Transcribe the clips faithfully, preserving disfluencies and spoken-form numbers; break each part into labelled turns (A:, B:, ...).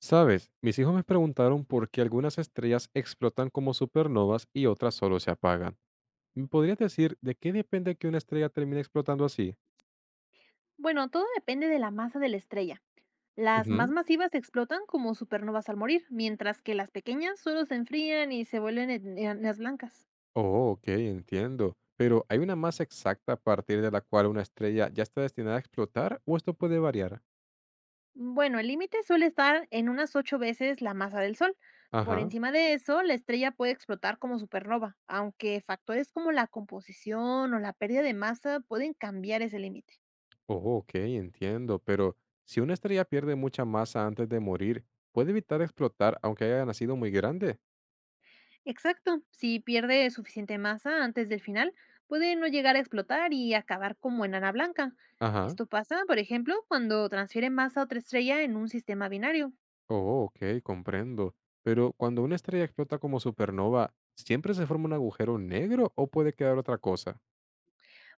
A: Sabes, mis hijos me preguntaron por qué algunas estrellas explotan como supernovas y otras solo se apagan. ¿Me podrías decir de qué depende que una estrella termine explotando así?
B: Bueno, todo depende de la masa de la estrella. Las más
A: Ujú.
B: masivas explotan como supernovas al morir, mientras que las pequeñas solo se enfrían y se vuelven en- enanas blancas.
A: Oh, ok, entiendo. Pero ¿hay una masa exacta a partir de la cual una estrella ya está destinada a explotar o esto puede variar?
B: Bueno, el límite suele estar en unas ocho veces la masa del Sol. Por
A: Ajá.
B: encima de eso, la estrella puede explotar como supernova, aunque factores como la composición o la pérdida de masa pueden cambiar ese límite.
A: Oh, ok, entiendo. Pero si una estrella pierde mucha masa antes de morir, ¿puede evitar explotar aunque haya nacido muy grande?
B: Exacto, si pierde suficiente masa antes del final, puede no llegar a explotar y acabar como enana blanca.
A: Ajá.
B: Esto pasa, por ejemplo, cuando transfiere masa a otra estrella en un sistema binario.
A: Oh, ok, comprendo. Pero cuando una estrella explota como supernova, ¿siempre se forma un agujero negro o puede quedar otra cosa?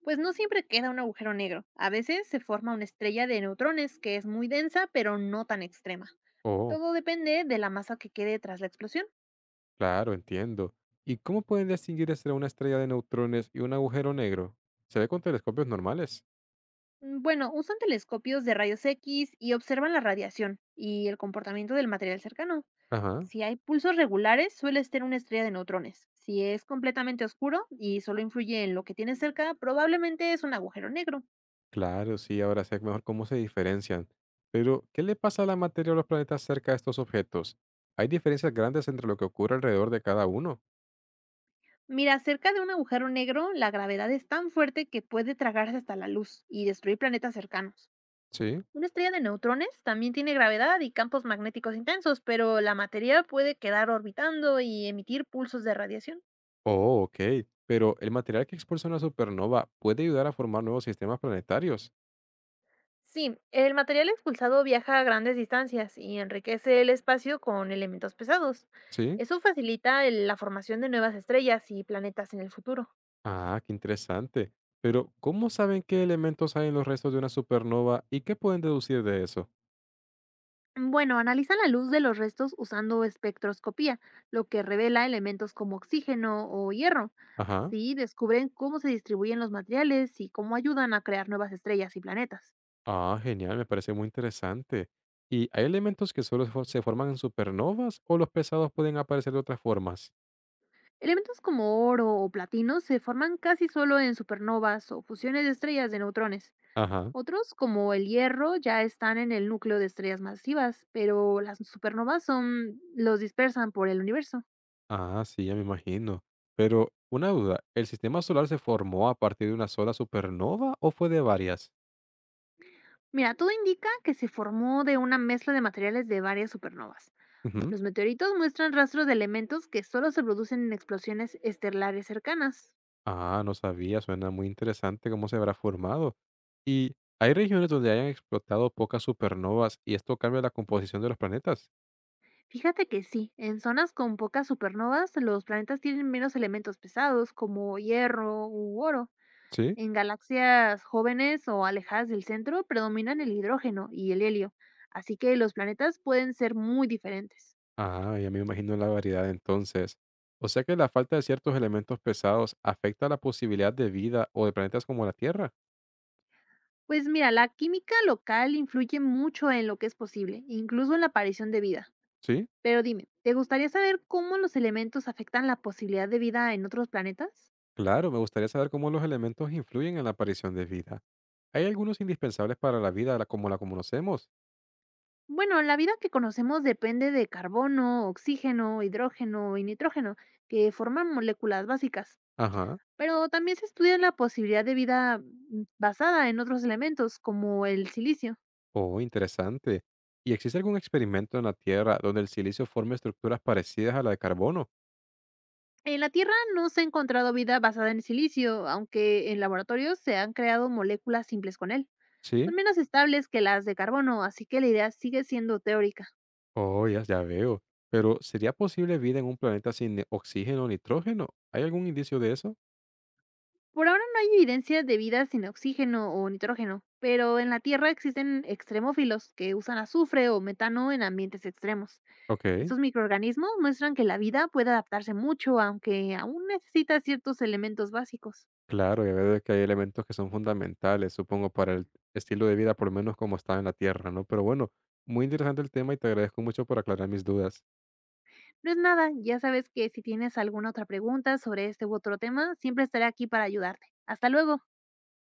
B: Pues no siempre queda un agujero negro. A veces se forma una estrella de neutrones que es muy densa, pero no tan extrema.
A: Oh,
B: Todo depende de la masa que quede tras la explosión.
A: claro, entiendo. ¿Y cómo pueden distinguir entre una estrella de neutrones y un agujero negro? ¿Se ve con telescopios normales?
B: Mm, Bueno, usan telescopios de rayos equis y observan la radiación y el comportamiento del material cercano.
A: Ajá.
B: Si hay pulsos regulares, suele ser una estrella de neutrones. Si es completamente oscuro y solo influye en lo que tiene cerca, probablemente es un agujero negro.
A: Claro, sí, ahora sé mejor cómo se diferencian. Pero, ¿qué le pasa a la materia o los planetas cerca de estos objetos? ¿Hay diferencias grandes entre lo que ocurre alrededor de cada uno?
B: Mira, cerca de un agujero negro, la gravedad es tan fuerte que puede tragarse hasta la luz y destruir planetas cercanos.
A: Sí.
B: Una estrella de neutrones también tiene gravedad y campos magnéticos intensos, pero la materia puede quedar orbitando y emitir pulsos de radiación.
A: Oh, ok. Pero el material que expulsa una supernova puede ayudar a formar nuevos sistemas planetarios.
B: Sí, el material expulsado viaja a grandes distancias y enriquece el espacio con elementos pesados.
A: ¿Sí?
B: Eso facilita el- la formación de nuevas estrellas y planetas en el futuro.
A: Ah, qué interesante. Pero, ¿cómo saben qué elementos hay en los restos de una supernova y qué pueden deducir de eso?
B: Bueno, analizan la luz de los restos usando espectroscopía, lo que revela elementos como oxígeno o hierro.
A: Ajá.
B: Así descubren cómo se distribuyen los materiales y cómo ayudan a crear nuevas estrellas y planetas.
A: Ah, genial, me parece muy interesante. ¿Y hay elementos que solo fo- se forman en supernovas o los pesados pueden aparecer de otras formas?
B: Elementos como oro o platino se forman casi solo en supernovas o fusiones de estrellas de neutrones.
A: Ajá.
B: Otros, como el hierro, ya están en el núcleo de estrellas masivas, pero las supernovas son, los dispersan por el universo.
A: Ah, sí, ya me imagino. Pero, una duda, ¿el sistema solar se formó a partir de una sola supernova o fue de varias?
B: Mira, todo indica que se formó de una mezcla de materiales de varias supernovas.
A: Ujú.
B: Los meteoritos muestran rastros de elementos que solo se producen en explosiones estelares cercanas.
A: Ah, no sabía, suena muy interesante cómo se habrá formado. ¿Y hay regiones donde hayan explotado pocas supernovas y esto cambia la composición de los planetas?
B: Fíjate que sí, en zonas con pocas supernovas, los planetas tienen menos elementos pesados, como hierro u oro.
A: Sí.
B: En galaxias jóvenes o alejadas del centro predominan el hidrógeno y el helio, así que los planetas pueden ser muy diferentes.
A: Ah, ya me imagino la variedad entonces. O sea que la falta de ciertos elementos pesados afecta la posibilidad de vida o de planetas como la Tierra.
B: Pues mira, la química local influye mucho en lo que es posible, incluso en la aparición de vida.
A: Sí.
B: Pero dime, ¿te gustaría saber cómo los elementos afectan la posibilidad de vida en otros planetas?
A: Claro, me gustaría saber cómo los elementos influyen en la aparición de vida. ¿Hay algunos indispensables para la vida la- como la conocemos?
B: Bueno, la vida que conocemos depende de carbono, oxígeno, hidrógeno y nitrógeno, que forman moléculas básicas.
A: Ajá.
B: Pero también se estudia la posibilidad de vida mm, basada en otros elementos, como el silicio.
A: Oh, interesante. ¿Y existe algún experimento en la Tierra donde el silicio forme estructuras parecidas a la de carbono?
B: En la Tierra no se ha encontrado vida basada en silicio, aunque en laboratorios se han creado moléculas simples con él. Son
A: Sí.
B: menos estables que las de carbono, así que la idea sigue siendo teórica.
A: Oh, ya, ya veo. Pero ¿sería posible vida en un planeta sin ni- oxígeno o nitrógeno? ¿Hay algún indicio de eso?
B: Por ahora no hay evidencia de vida sin oxígeno o nitrógeno, pero en la Tierra existen extremófilos que usan azufre o metano en ambientes extremos.
A: Ok,
B: Estos microorganismos muestran que la vida puede adaptarse mucho, aunque aún necesita ciertos elementos básicos.
A: claro, ya veo que hay elementos que son fundamentales, supongo, para el estilo de vida, por lo menos como está en la Tierra, ¿no? Pero bueno, muy interesante el tema y te agradezco mucho por aclarar mis dudas.
B: No es nada, ya sabes que si tienes alguna otra pregunta sobre este u otro tema, siempre estaré aquí para ayudarte. Hasta luego.